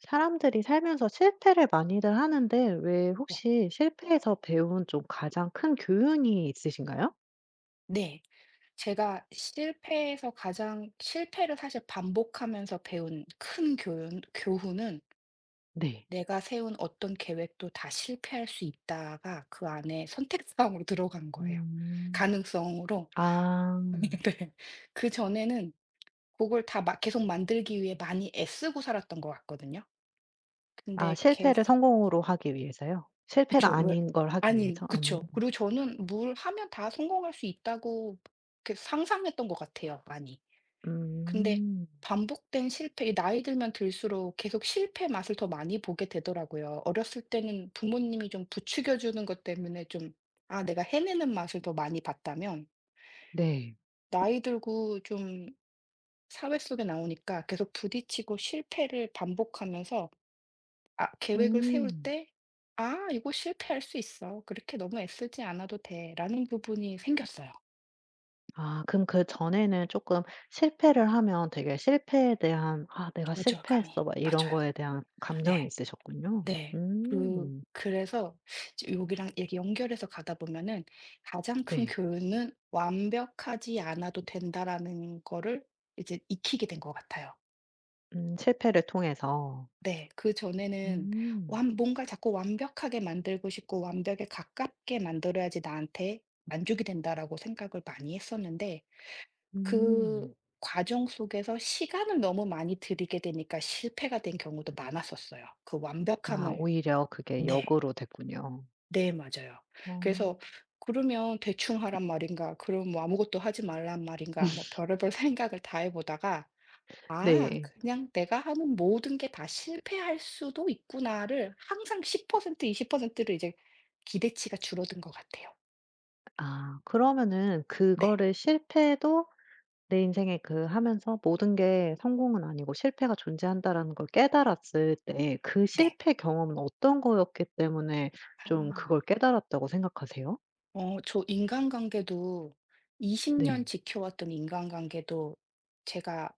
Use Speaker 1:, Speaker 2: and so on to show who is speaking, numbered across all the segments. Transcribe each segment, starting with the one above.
Speaker 1: 사람들이 살면서 실패를 많이들 하는데 왜
Speaker 2: 네.
Speaker 1: 혹시 실패에서 배운 좀 가장 큰 교훈이 있으신가요?
Speaker 2: 네. 제가 실패에서 가장 실패를 사실 반복하면서 배운 큰 교훈은
Speaker 1: 네.
Speaker 2: '내가 세운 어떤 계획도 다 실패할 수 있다.'가 그 안에 선택 사항으로 들어간 거예요.
Speaker 1: 음.
Speaker 2: 가능성으로.
Speaker 1: 아.
Speaker 2: 네. 그전에는 그걸 다 막 계속 만들기 위해 많이 애쓰고 살았던 것 같거든요.
Speaker 1: 아
Speaker 2: 근데 계속
Speaker 1: 실패를 성공으로 하기 위해서요?
Speaker 2: 그쵸.
Speaker 1: 실패가
Speaker 2: 왜
Speaker 1: 아닌 걸 하기
Speaker 2: 아니
Speaker 1: 위해서? 음.
Speaker 2: 그쵸. 그리고 저는 뭘 하면 다 성공할 수 있다고 이렇게 상상했던 것 같아요 많이. 근데
Speaker 1: 음.
Speaker 2: 반복된 실패 이 나이 들면 들수록 계속 실패 맛을 더 많이 보게 되더라고요. 어렸을 때는 부모님이 좀 부추겨 주는 것 때문에 좀 아 내가 해내는 맛을 더 많이 봤다면
Speaker 1: 네.
Speaker 2: 나이 들고 좀 사회 속에 나오니까 계속 부딪히고 실패를 반복하면서 아 계획을 세울
Speaker 1: 음.
Speaker 2: 때 '아 이거 실패할 수 있어. 그렇게 너무 애쓰지 않아도 돼.'라는 부분이 생겼어요.
Speaker 1: 아 그럼 그전에는 쪼끔 실패를 하면 되게 실패에 대한 '아 내가 실패했어.'
Speaker 2: 좌절감이.
Speaker 1: 막 이런
Speaker 2: 맞아요.
Speaker 1: 거에 대한 감정이
Speaker 2: 네.
Speaker 1: 있으셨군요.
Speaker 2: 네. 그
Speaker 1: 음.
Speaker 2: 그래서 이제 여기랑 얘기 연결해서 가다 보면은 가장 큰
Speaker 1: 네.
Speaker 2: 교훈은 '완벽하지 않아도 된다.'라는 거를 이제 익히게 된 것 같아요.
Speaker 1: 실패를 통해서.
Speaker 2: 네. 그전에는
Speaker 1: 음.
Speaker 2: 완 뭔가 자꾸 완벽하게 만들고 싶고 '완벽에 가깝게 만들어야지 나한테 만족이 된다.'라고 생각을 많이 했었는데
Speaker 1: 음.
Speaker 2: 그 과정 속에서 시간을 너무 많이 들이게 되니까 실패가 된 경우도 많았었어요. 그
Speaker 1: 아
Speaker 2: 완벽함을.
Speaker 1: 오히려 그게
Speaker 2: 네.
Speaker 1: 역으로 됐군요.
Speaker 2: 네 맞아요.
Speaker 1: 어.
Speaker 2: 그래서 그러면 '대충 하란 말인가? 그럼 뭐 아무것도 하지 말란 말인가?' 뭐 별의별 생각을 다 해 보다가 '아
Speaker 1: 네.
Speaker 2: 그냥 내가 하는 모든 게 다 실패할 수도 있구나.'를 항상 10% 20%를 이제 기대치가 줄어든 것 같아요.
Speaker 1: 아 그러면은
Speaker 2: 네.
Speaker 1: 그거를 실패도 내 인생에 그 하면서 '모든 게 성공은 아니고 실패가 존재한다.'라는 걸 깨달았을 때 그
Speaker 2: 네.
Speaker 1: 실패 경험은 어떤 거였기 때문에 좀
Speaker 2: 아.
Speaker 1: 그걸 깨달았다고 생각하세요?
Speaker 2: 어 저 인간관계도 20년
Speaker 1: 네.
Speaker 2: 지켜왔던 인간관계도 제가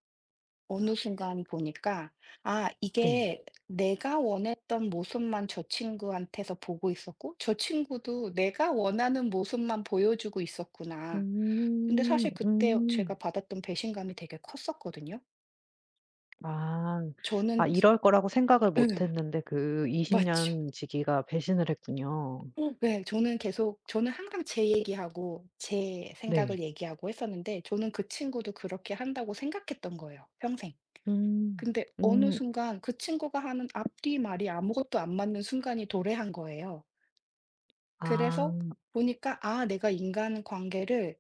Speaker 2: 어느 순간 보니까 '아
Speaker 1: 네.
Speaker 2: 이게 내가 원했던 모습만 저 친구한테서 보고 있었고 저 친구도 내가 원하는 모습만 보여주고 있었구나.' 근데
Speaker 1: 음.
Speaker 2: 사실 그때 제가
Speaker 1: 음.
Speaker 2: 받았던 배신감이 되게 컸었거든요.
Speaker 1: 아. 아
Speaker 2: 저는
Speaker 1: 이럴 거라고 생각을 못
Speaker 2: 응,
Speaker 1: 했는데 그 20
Speaker 2: 맞죠.
Speaker 1: 년 지기가 배신을 했군요.
Speaker 2: 네 저는 계속 저는 항상 제 얘기하고 제
Speaker 1: 네.
Speaker 2: 생각을 얘기하고 했었는데 저는 그 친구도 그렇게 한다고 생각했던 거예요 평생.
Speaker 1: 음.
Speaker 2: 근데 어느
Speaker 1: 음.
Speaker 2: 순간 그 친구가 하는 앞뒤 말이 아무것도 안 맞는 순간이 도래한 거예요. 그래서
Speaker 1: 아.
Speaker 2: 보니까 '아 내가 인간 관계를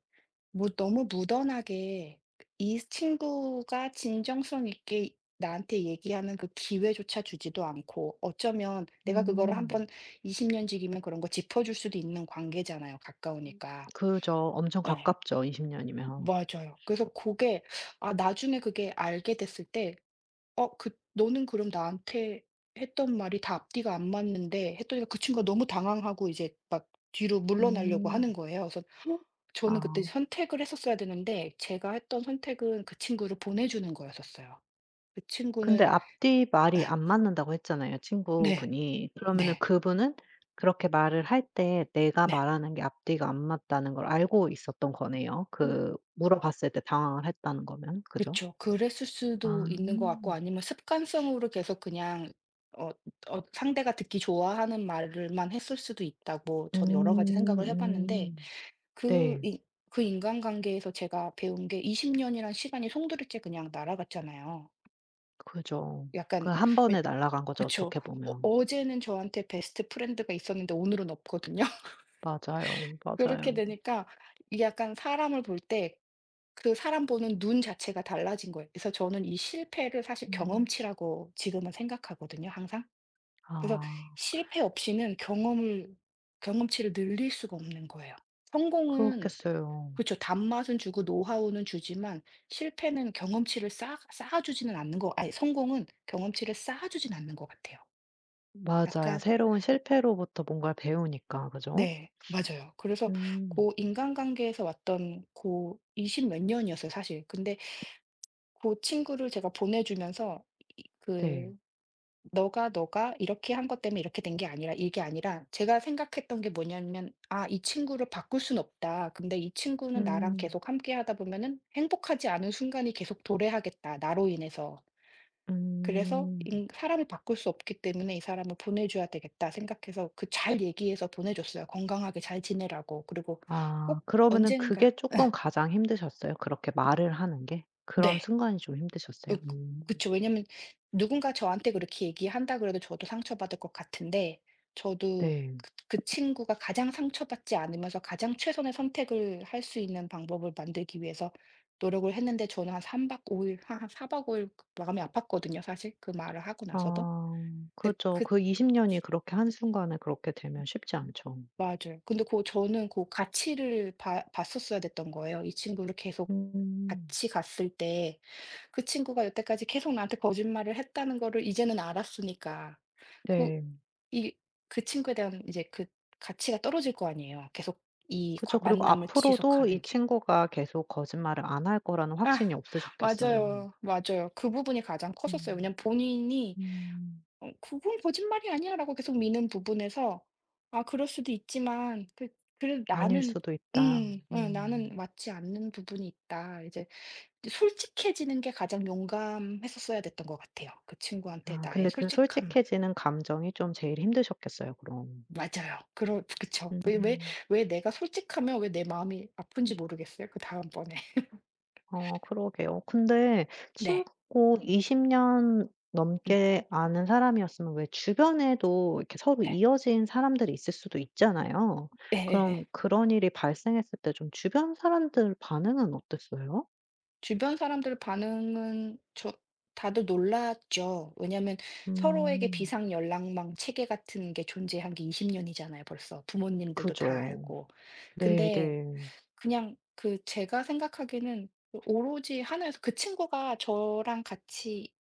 Speaker 2: 무 너무 무던하게 이 친구가 진정성 있게 나한테 얘기하는 그 기회조차 주지도 않고 어쩌면 내가 그거를 한
Speaker 1: 음.
Speaker 2: 번20년 지기면 그런 거 짚어줄 수도 있는 관계잖아요, 가까우니까.'
Speaker 1: 그죠. 엄청
Speaker 2: 네
Speaker 1: 가깝죠 20 년이면.
Speaker 2: 맞아요. 그래서 그게 아 나중에 그게 알게 됐을 때 어 그 "너는 그럼 나한테 했던 말이 다 앞뒤가 안 맞는데." 했더니 그 친구가 너무 당황하고 이제 막 뒤로 물러나려고
Speaker 1: 음.
Speaker 2: 하는 거예요. 그래서 헉! 저는 그때
Speaker 1: 아.
Speaker 2: 선택을 했었어야 되는데 제가 했던 선택은 그 친구를 보내 주는 거였었어요. 그
Speaker 1: 근데
Speaker 2: 친구는.
Speaker 1: 앞뒤 말이
Speaker 2: 예.
Speaker 1: 안 맞는다고 했잖아요
Speaker 2: 네.
Speaker 1: 친구분이. 그러면은
Speaker 2: 네.
Speaker 1: 그분은 그렇게 말을 할 때 내가
Speaker 2: 네.
Speaker 1: 말하는 게 앞뒤가 안 맞다는 걸 알고 있었던 거네요. 그 물어봤을 때 당황을 했다는 거면.
Speaker 2: 그
Speaker 1: 그죠?
Speaker 2: 죠 그랬을
Speaker 1: 아.
Speaker 2: 수도 있는 것 같고
Speaker 1: 음.
Speaker 2: 아니면 습관성으로 계속 그냥 어 어 상대가 듣기 좋아하는 말을 만 했을 수도 있다고 저는 여러 가지 생각을 해 봤는데
Speaker 1: 음.
Speaker 2: 그
Speaker 1: 네.
Speaker 2: 인 그 인간관계에서 제가 배운 게 20 년이란 시간이 송두리째 그냥 날아갔잖아요.
Speaker 1: 그죠. 그
Speaker 2: 약간
Speaker 1: 한
Speaker 2: 왜
Speaker 1: 번에 날아간 거죠
Speaker 2: 그쵸.
Speaker 1: 어떻게
Speaker 2: 어
Speaker 1: 보면.
Speaker 2: 어제는 저한테 베스트 프렌드가 있었는데 오늘은 없거든요.
Speaker 1: 맞아요,
Speaker 2: 그렇게
Speaker 1: 맞아요.
Speaker 2: 되니까 이게 약간 사람을 볼 때 그 사람 보는 눈 자체가 달라진 거예요. 그래서 저는 이 실패를 사실
Speaker 1: 음.
Speaker 2: 경험치라고 지금은 생각하거든요, 항상. 그래서
Speaker 1: 아
Speaker 2: 실패 없이는 경험을 경험치를 늘릴 수가 없는 거예요. 성공은
Speaker 1: 그렇겠어요.
Speaker 2: 그렇죠. 단맛은 주고 노하우는 주지만 실패는 경험치를 쌓아주지는 않는 거 아니 성공은 경험치를 쌓아주진 않는 것 같아요.
Speaker 1: 맞아요.
Speaker 2: 약간
Speaker 1: 새로운 실패로부터 뭔가를 배우니까 그죠?
Speaker 2: 네. 맞아요. 그래서
Speaker 1: 음.
Speaker 2: 고 인간관계에서 왔던 고 20 몇 년이었어요 사실. 근데 그 친구를 제가 보내 주면서 이
Speaker 1: 네.
Speaker 2: 그 너가 이렇게 한 것 때문에 이렇게 된 게 아니라 이게 아니라 제가 생각했던 게 뭐냐면 '아 이 친구를 바꿀 순 없다. 근데 이 친구는 나랑
Speaker 1: 음.
Speaker 2: 계속 함께 하다 보면은 행복하지 않은 순간이 계속 도래하겠다 나로 인해서. 그래서
Speaker 1: 음.
Speaker 2: 인 사람을 바꿀 수 없기 때문에 이 사람을 보내 줘야 되겠다.' 생각해서 그 잘 얘기해서 보내 줬어요. 건강하게 잘 지내라고. 그리고
Speaker 1: 아
Speaker 2: 꼭
Speaker 1: 그러면은
Speaker 2: 언젠가
Speaker 1: 그게 조금 가장 힘드셨어요? 그렇게 말을 하는 게? 그런
Speaker 2: 네.
Speaker 1: 순간이 좀 힘드셨어요?
Speaker 2: 어 그
Speaker 1: 음.
Speaker 2: 그쵸. 왜냐면 누군가 저한테 그렇게 얘기한다 그래도 저도 상처받을 것 같은데 저도
Speaker 1: 네.
Speaker 2: 그 친구가 가장 상처받지 않으면서 가장 최선의 선택을 할 수 있는 방법을 만들기 위해서 노력을 했는데 저는 한 3박 5 일 한 4 박 5 일 그 마음이 아팠거든요 사실 그 말을 하고 나서도.
Speaker 1: 아
Speaker 2: 근데
Speaker 1: 그죠.
Speaker 2: 그
Speaker 1: 그 20 년이 그렇게 한순간에 그렇게 되면 쉽지
Speaker 2: 음.
Speaker 1: 않죠.
Speaker 2: 맞아요. 근데 그 저는 그 가치를 봐 봤었어야 됐던 거예요. 이 친구를 계속
Speaker 1: 음.
Speaker 2: 같이 갔을 때 그 친구가 여태까지 계속 나한테 거짓말을 했다는 거를 이제는 알았으니까. 그
Speaker 1: 네.
Speaker 2: 이 그 친구에 대한 이제 그 가치가 떨어질 거 아니에요, 계속 이 과
Speaker 1: 그쵸. 그리고
Speaker 2: 만남을
Speaker 1: 앞으로도 이
Speaker 2: 지속하는 게.
Speaker 1: 친구가 계속 거짓말을 안 할 거라는
Speaker 2: 아
Speaker 1: 확신이 없으셨겠어요.
Speaker 2: 맞아요. 맞아요. 그 부분이 가장 컸었어요.
Speaker 1: 음.
Speaker 2: 왜냐면 본인이
Speaker 1: 음.
Speaker 2: 어 "그건 거짓말이 아니야."라고 계속 미는 부분에서 아 그럴 수도 있지만 그 그래도
Speaker 1: 아닐
Speaker 2: 나는
Speaker 1: 수도 있다.
Speaker 2: 예 '나는
Speaker 1: 음.
Speaker 2: 맞지 않는 부분이 있다.' 이제 솔직해지는 게 가장 용감했었어야 됐던 것 같아요. 그 친구한테
Speaker 1: 아 근데
Speaker 2: 나의
Speaker 1: 그
Speaker 2: 솔직함.
Speaker 1: 솔직해지는 감정이 좀 제일 힘드셨겠어요 그럼.
Speaker 2: 맞아요. 그럴 그쵸.
Speaker 1: 음.
Speaker 2: 왜 내가 솔직하면 왜 내 마음이 아픈지 모르겠어요, 그다음번에.
Speaker 1: 어 그러게요. 근데
Speaker 2: 네.
Speaker 1: 친구고 20년
Speaker 2: 음
Speaker 1: 넘게 아는 사람이었으면 왜 주변에도 이렇게 서로
Speaker 2: 네.
Speaker 1: 이어진 사람들이 있을 수도 있잖아요.
Speaker 2: 예예예.
Speaker 1: 그럼 그런 일이 발생했을 때 좀 주변 사람들 반응은 어땠어요?
Speaker 2: 주변 사람들 반응은 저 다들 놀랐죠. 왜냐하면 서로에게
Speaker 1: 음.
Speaker 2: 비상 연락망 체계 같은 게 존재한 게 20 년이잖아요 벌써. 부모님들도 다
Speaker 1: 그죠.
Speaker 2: 알고.
Speaker 1: 네네.
Speaker 2: 근데 그냥 그 제가 생각하기에는 그 오로지 하나여서 그 친구가 저랑 같이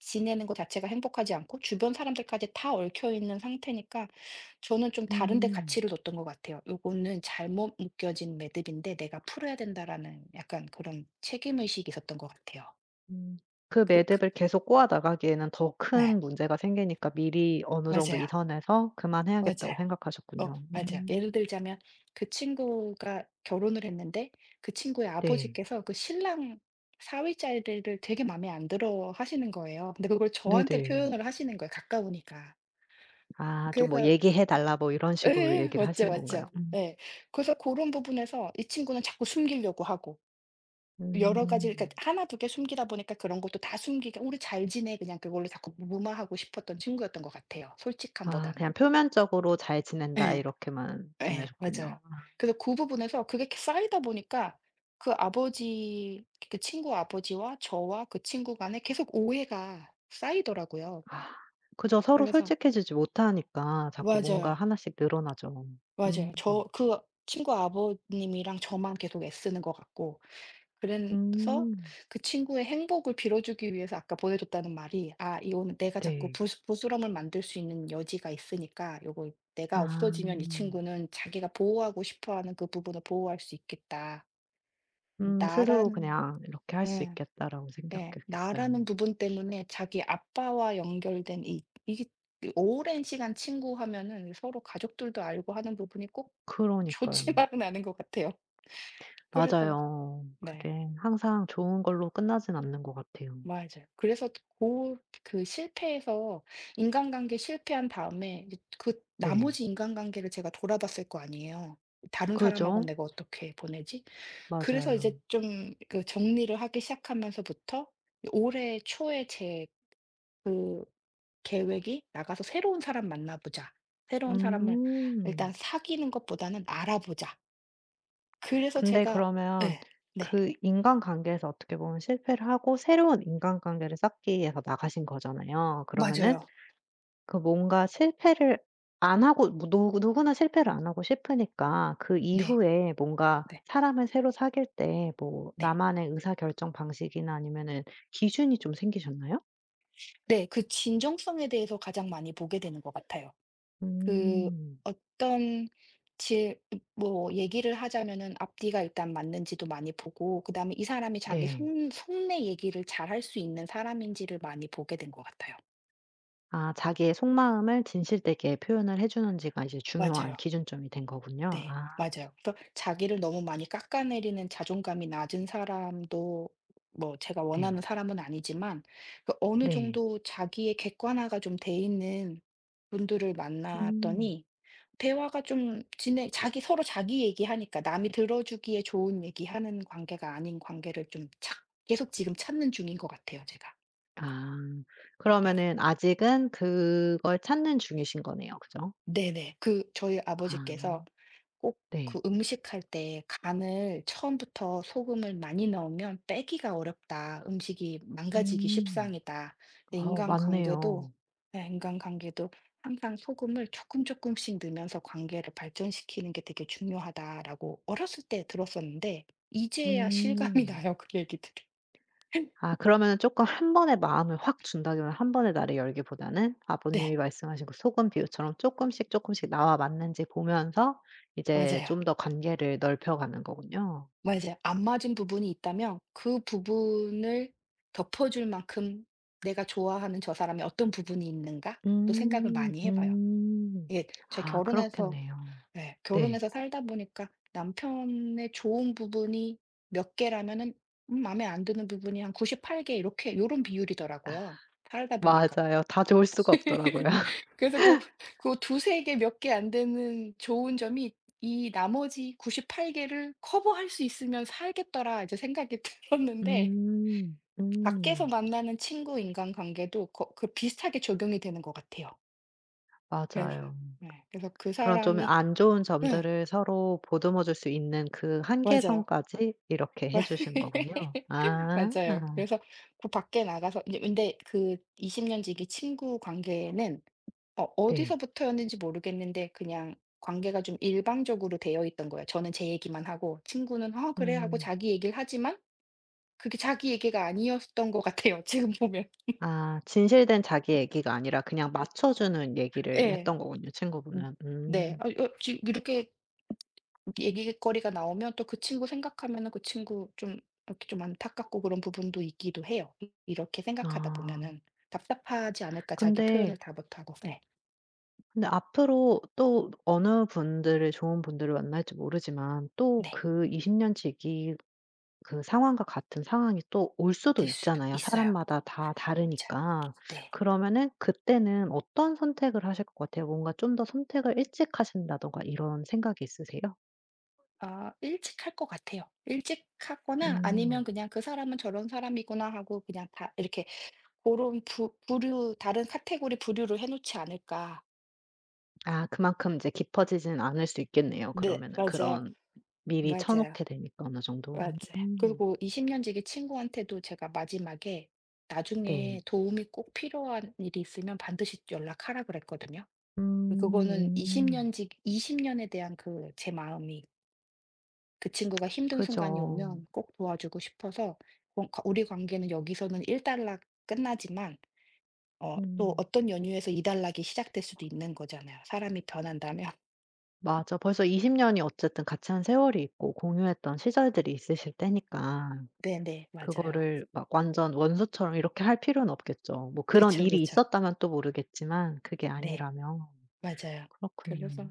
Speaker 2: 지내는 것 자체가 행복하지 않고 주변 사람들까지 다 얽혀 있는 상태니까 저는 좀 다른 데
Speaker 1: 음.
Speaker 2: 가치를 뒀던 것 같아요. '요거는 잘못 묶여진 매듭인데 내가 풀어야 된다.'라는 약간 그런 책임 의식이 있었던 것 같아요.
Speaker 1: 음. 그
Speaker 2: 그 그
Speaker 1: 매듭을 계속 꼬아 나가기에는 더
Speaker 2: 네.
Speaker 1: 큰 문제가 생기니까 미리 어느 정도 이
Speaker 2: 맞아요.
Speaker 1: 선에서 그만해야겠다고
Speaker 2: 맞아요. 어
Speaker 1: 생각하셨군요.
Speaker 2: 맞아. 예를
Speaker 1: 음.
Speaker 2: 들자면 그 친구가 결혼을 했는데 그 친구의
Speaker 1: 네.
Speaker 2: 아버지께서 그 신랑 사위자리를 되게 마음에 안 들어 하시는 거예요. 근데 그걸 저한테
Speaker 1: 네네.
Speaker 2: 표현을 하시는 거예요, 가까우니까.
Speaker 1: 아 좀 뭐
Speaker 2: 그래서
Speaker 1: "얘기해 달라." 뭐 이런 식으로
Speaker 2: 예예.
Speaker 1: 얘기를
Speaker 2: 맞죠,
Speaker 1: 하신 건가요?
Speaker 2: 맞죠.
Speaker 1: 음.
Speaker 2: 예. 그래서 그런 부분에서 이 친구는 자꾸 숨기려고 하고 여러 가지 그러니까
Speaker 1: 음.
Speaker 2: 하나 두 개 숨기다 보니까 그런 것도 다 숨기게 "우리 잘 지내." 그냥 그걸로 자꾸 무마하고 싶었던 친구였던 것 같아요,
Speaker 1: 아
Speaker 2: 솔직함보다는.
Speaker 1: 그냥 표면적으로 "잘 지낸다."
Speaker 2: 예.
Speaker 1: 이렇게만
Speaker 2: 예. 맞아요.
Speaker 1: 지내셨군요.
Speaker 2: 그래서 그 부분에서 그게 이렇게 쌓이다 보니까 그 아버지 그 친구 아버지와 저와 그 친구 간에 계속 오해가 쌓이더라고요.
Speaker 1: 아 그죠. 서로
Speaker 2: 그래서
Speaker 1: 솔직해지지 못하니까 자꾸 뭔가
Speaker 2: 맞아요.
Speaker 1: 하나씩 늘어나죠. 음.
Speaker 2: 맞아요. 저 그 친구 아버님이랑 저만 계속 애쓰는 것 같고 그래서
Speaker 1: 음.
Speaker 2: 그 친구의 행복을 빌어주기 위해서 아까 보내줬다는 말이 '아 이거는 내가 자꾸
Speaker 1: 네.
Speaker 2: 부스럼을 만들 수 있는 여지가 있으니까 요거 내가
Speaker 1: 아.
Speaker 2: 없어지면 이 친구는 자기가 보호하고 싶어하는 그 부분을 보호할 수 있겠다.'
Speaker 1: 스스로
Speaker 2: 나라는
Speaker 1: 그냥 이렇게 할 수
Speaker 2: 예.
Speaker 1: 있겠다라고
Speaker 2: 예.
Speaker 1: 생각했겠어요.
Speaker 2: 나라는 부분 때문에 자기 아빠와 연결된 이 이게 그 오랜 시간 친구 하면은 서로 가족들도 알고 하는 부분이 꼭
Speaker 1: 그러니까요.
Speaker 2: 좋지만은 않은 것 같아요. 그래서
Speaker 1: 맞아요.
Speaker 2: 네.
Speaker 1: 그게 항상 좋은 걸로 끝나진 않는 것 같아요.
Speaker 2: 맞아요. 그래서 그 실패해서 인간관계 실패한 다음에 이제 그
Speaker 1: 네.
Speaker 2: 나머지 인간관계를 제가 돌아봤을 거 아니에요. '다른 사람하고
Speaker 1: 그죠?
Speaker 2: 내가 어떻게 보내지?' 그래서
Speaker 1: 맞아요.
Speaker 2: 이제 좀 그 정리를 하기 시작하면서부터 올해 초에 제 그 계획이 '나가서 새로운 사람 만나 보자. 새로운 사람을
Speaker 1: 음.
Speaker 2: 일단 사귀는 것보다는 알아보자.' 그래서
Speaker 1: 근데
Speaker 2: 제가
Speaker 1: 그러면
Speaker 2: 예. 네.
Speaker 1: 그 인간관계에서 어떻게 보면 실패를 하고 새로운 인간관계를 쌓기 위해서 나가신 거잖아요. 그러면은
Speaker 2: 맞아요.
Speaker 1: 그 뭔가 실패를 안 하고 뭐 누구나 실패를 안 하고 싶으니까 그
Speaker 2: 네.
Speaker 1: 이후에 뭔가
Speaker 2: 네.
Speaker 1: 사람을 새로 사귈 때 뭐
Speaker 2: 네.
Speaker 1: 나만의 의사결정 방식이나 아니면은 기준이 좀 생기셨나요?
Speaker 2: 네. 그 진정성에 대해서 가장 많이 보게 되는 것 같아요. 그
Speaker 1: 음.
Speaker 2: 어떤 질 뭐 얘기를 하자면은 앞뒤가 일단 맞는지도 많이 보고 그다음에 이 사람이 자기 속
Speaker 1: 네.
Speaker 2: 속내 얘기를 잘 할 수 있는 사람인지를 많이 보게 된 것 같아요.
Speaker 1: 아 자기의 속마음을 진실되게 표현을 해 주는지가 이제 중요한
Speaker 2: 맞아요.
Speaker 1: 기준점이 된 거군요.
Speaker 2: 네.
Speaker 1: 아
Speaker 2: 맞아요. 그래서 자기를 너무 많이 깎아내리는 자존감이 낮은 사람도 뭐 제가
Speaker 1: 네.
Speaker 2: 원하는 사람은 아니지만 그 어느
Speaker 1: 네.
Speaker 2: 정도 자기의 객관화가 좀 돼 있는 분들을
Speaker 1: 음.
Speaker 2: 만났더니 대화가 좀 진행 자기 서로 자기 얘기하니까 남이 들어주기에 좋은 얘기하는 관계가 아닌 관계를 좀 찾 계속 지금 찾는 중인 것 같아요 제가.
Speaker 1: 아
Speaker 2: 네.
Speaker 1: 그러면은 아직은 그걸 찾는 중이신 거네요. 그죠?
Speaker 2: 네네. 그 저희 아버지께서
Speaker 1: 아
Speaker 2: 꼭
Speaker 1: 네.
Speaker 2: 그 음식할 때 간을 처음부터 소금을 많이 넣으면 빼기가 어렵다. 음식이 망가지기
Speaker 1: 음.
Speaker 2: 십상이다. 네,
Speaker 1: 어 맞네요.
Speaker 2: 인간관계도 네, 인간관계도 항상 소금을 조금 조금씩 넣으면서 관계를 발전시키는 게 되게 중요하다라고 어렸을 때 들었었는데 이제야 실감이
Speaker 1: 음.
Speaker 2: 나요, 그 얘기들을.
Speaker 1: 아 그러면은 금한 번에 마음을 확 준다기보다는 한 번에 나를 열기보다는
Speaker 2: 네,
Speaker 1: 아버님이 말씀하신 그 소금 비유처럼 조금씩 조금씩 나와 맞는지 보면서 이제
Speaker 2: 맞아요.
Speaker 1: 좀 더 관계를 넓혀 가는 거군요.
Speaker 2: 뭐 이제 안 맞은 부분이 있다면 그 부분을 덮어줄 만큼 '내가 좋아하는 저 사람의 어떤 부분이 있는가?' 또 생각을
Speaker 1: 음.
Speaker 2: 많이 해 봐요.
Speaker 1: 음.
Speaker 2: 이게 제가
Speaker 1: 아
Speaker 2: 결혼해서
Speaker 1: 그렇겠네요.
Speaker 2: 예
Speaker 1: 네.
Speaker 2: 결혼해서 살다 보니까 남편의 좋은 부분이 몇 개라면은 마음에 안 드는 부분이 한 98개 이렇게 요런 비율이더라고요 살다 보니까.
Speaker 1: 맞아요. 다 좋을 수가 없더라고요.
Speaker 2: 그래서 그 두세 개 몇 개 안 되는 좋은 점이 이 나머지 98 개를 커버할 수 있으면 살겠더라 이제 생각이 들었는데 밖에서
Speaker 1: 음.
Speaker 2: 만나는 친구 인간관계도 거 그 비슷하게 적용이 되는 것 같아요. 그래서
Speaker 1: 맞아요.
Speaker 2: 네. 그래서 그
Speaker 1: 그런 좀
Speaker 2: 사람이
Speaker 1: 안 좋은
Speaker 2: 예.
Speaker 1: 점들을 서로 보듬어 줄 수 있는 그
Speaker 2: 맞아요.
Speaker 1: 한계선까지 이렇게 해 주시는 거군요. 아.
Speaker 2: 맞아요 그래서 그 밖에 나가서 이제 근데 그 20년 지기 친구 관계는 어
Speaker 1: 네.
Speaker 2: 어디서부터였는지 모르겠는데 그냥 관계가 좀 일방적으로 되어 있던 거예요. 저는 제 얘기만 하고 친구는 어 그래." 하고
Speaker 1: 음.
Speaker 2: 자기 얘기를 하지만 그게 자기 얘기가 아니었던 것 같아요 지금 보면.
Speaker 1: 아 진실된 자기 얘기가 아니라 그냥 맞춰 주는 얘기를
Speaker 2: 예.
Speaker 1: 했던 거군요,
Speaker 2: 음
Speaker 1: 친구분은.
Speaker 2: 네.
Speaker 1: 음.
Speaker 2: 아 어 지 이렇게 얘기거리가 나오면 또 그 친구 생각하면은 그 친구 좀 이렇게 좀 안타깝고 그런 부분도 있기도 해요. 이 이렇게 생각하다
Speaker 1: 아.
Speaker 2: 보면은 '답답하지 않을까?' 자기
Speaker 1: 근데,
Speaker 2: 표현을 다 못하고. 네.
Speaker 1: 근데 앞으로 또 어느 분들을 좋은 분들을 만날지 모르지만 또
Speaker 2: 네.
Speaker 1: 그 20년 지기 그 상황과 같은 상황이 또 올 수도
Speaker 2: 될 수도
Speaker 1: 있잖아요,
Speaker 2: 있어요.
Speaker 1: 사람마다 다
Speaker 2: 맞아요.
Speaker 1: 다르니까.
Speaker 2: 네.
Speaker 1: 그러면은 그때는 어떤 선택을 하실 것 같아요? 뭔가 좀 더 선택을 일찍 하신다든가 이런 생각이 있으세요?
Speaker 2: 아 일찍 할 것 같아요. 일찍 하거나 아니면
Speaker 1: 음.
Speaker 2: 그냥 '그 사람은 저런 사람이구나.' 하고 그냥 다 이렇게 그런 부 부류 다른 카테고리 부류로 해 놓지 않을까.
Speaker 1: 아 그만큼 이제 깊어지진 않을 수 있겠네요,
Speaker 2: 네.
Speaker 1: 그러면은.
Speaker 2: 맞아요.
Speaker 1: 그런 미리 쳐
Speaker 2: 맞아요.
Speaker 1: 놓게 되니까 어느 정도.
Speaker 2: 맞아요.
Speaker 1: 음.
Speaker 2: 그리고 20 년지기 친구한테도 제가 마지막에 "나중에
Speaker 1: 네.
Speaker 2: 도움이 꼭 필요한 일이 있으면 반드시 연락하라." 그랬거든요. 그
Speaker 1: 음
Speaker 2: 그거는 20
Speaker 1: 음.
Speaker 2: 년지기 20 년에 대한 그 제 마음이 그 친구가 힘든 순간이
Speaker 1: 그죠.
Speaker 2: 오면 꼭 도와주고 싶어서 우리 관계는 여기서는 1단락 끝나지만 어, 또
Speaker 1: 음.
Speaker 2: 어떤 연유에서 2단락이 시작될 수도 있는 거잖아요. 사람이 변한다면.
Speaker 1: 맞아. 벌써 20 년이 어쨌든 같이 한 세월이 있고 공유했던 시절들이 있으실 때니까.
Speaker 2: 네네, 맞아요.
Speaker 1: 그거를 막 완전 원수처럼 이렇게 할 필요는 없겠죠. 뭐 그런
Speaker 2: 그쵸,
Speaker 1: 일이
Speaker 2: 그쵸.
Speaker 1: 있었다면 또 모르겠지만 그게
Speaker 2: 네,
Speaker 1: 아니라면.
Speaker 2: 맞아요.
Speaker 1: 그렇군요.
Speaker 2: 그래서,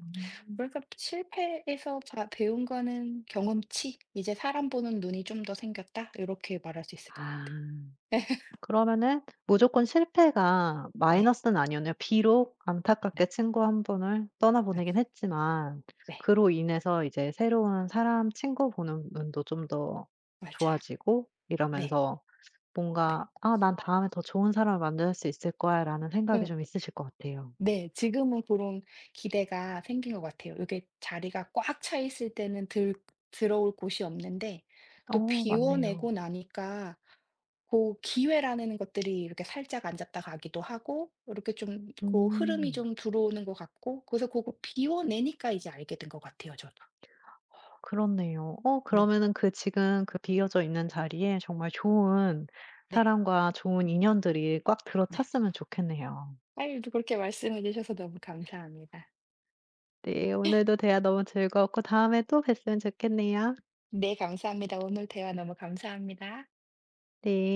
Speaker 2: 그 래서 실패에서 배운 거는 경험치, 이제 사람 보는 눈이 좀 더 생겼다? 이렇게 말할 수 있을 것 같아요.
Speaker 1: 아 그러면은 무조건 실패가
Speaker 2: 네,
Speaker 1: 마이너스는 아니었네요. 비록 안타깝게
Speaker 2: 네,
Speaker 1: 친구 한 분을
Speaker 2: 네,
Speaker 1: 떠나보내긴 했지만
Speaker 2: 네,
Speaker 1: 그로 인해서 이제 새로운 사람 친구 보는 눈도 좀 더
Speaker 2: 맞아요.
Speaker 1: 좋아지고
Speaker 2: 네,
Speaker 1: 이러면서
Speaker 2: 네.
Speaker 1: 뭔가 '아 난 다음에 더 좋은 사람을 만날 수 있을 거야.'라는 생각이
Speaker 2: 응.
Speaker 1: 좀 있으실 것 같아요.
Speaker 2: 네. 지금은 그런 기대가 생긴 것 같아요. 이게 자리가 꽉 차 있을 때는 들 들어올 곳이 없는데 또
Speaker 1: 어 맞네요.
Speaker 2: 비워내고 나니까 그 기회라는 것들이 이렇게 살짝 앉았다 가기도 하고 이렇게 좀 그 흐름이
Speaker 1: 음.
Speaker 2: 좀 들어오는 것 같고 그래서 그거 비워내니까 이제 알게 된 것 같아요 저도.
Speaker 1: 그렇네요. 어
Speaker 2: 네.
Speaker 1: 그러면은 그 지금 그 비어져 있는 자리에 정말 좋은
Speaker 2: 네.
Speaker 1: 사람과 좋은 인연들이 꽉
Speaker 2: 네.
Speaker 1: 들어찼으면 좋겠네요.
Speaker 2: 아유 또 그렇게 말씀해 주셔서 너무 감사합니다.
Speaker 1: 네. 오늘도 대화 너무 즐거웠고 다음에 또 뵀으면 좋겠네요.
Speaker 2: 네 감사합니다. 오늘 대화 너무 감사합니다.
Speaker 1: 네.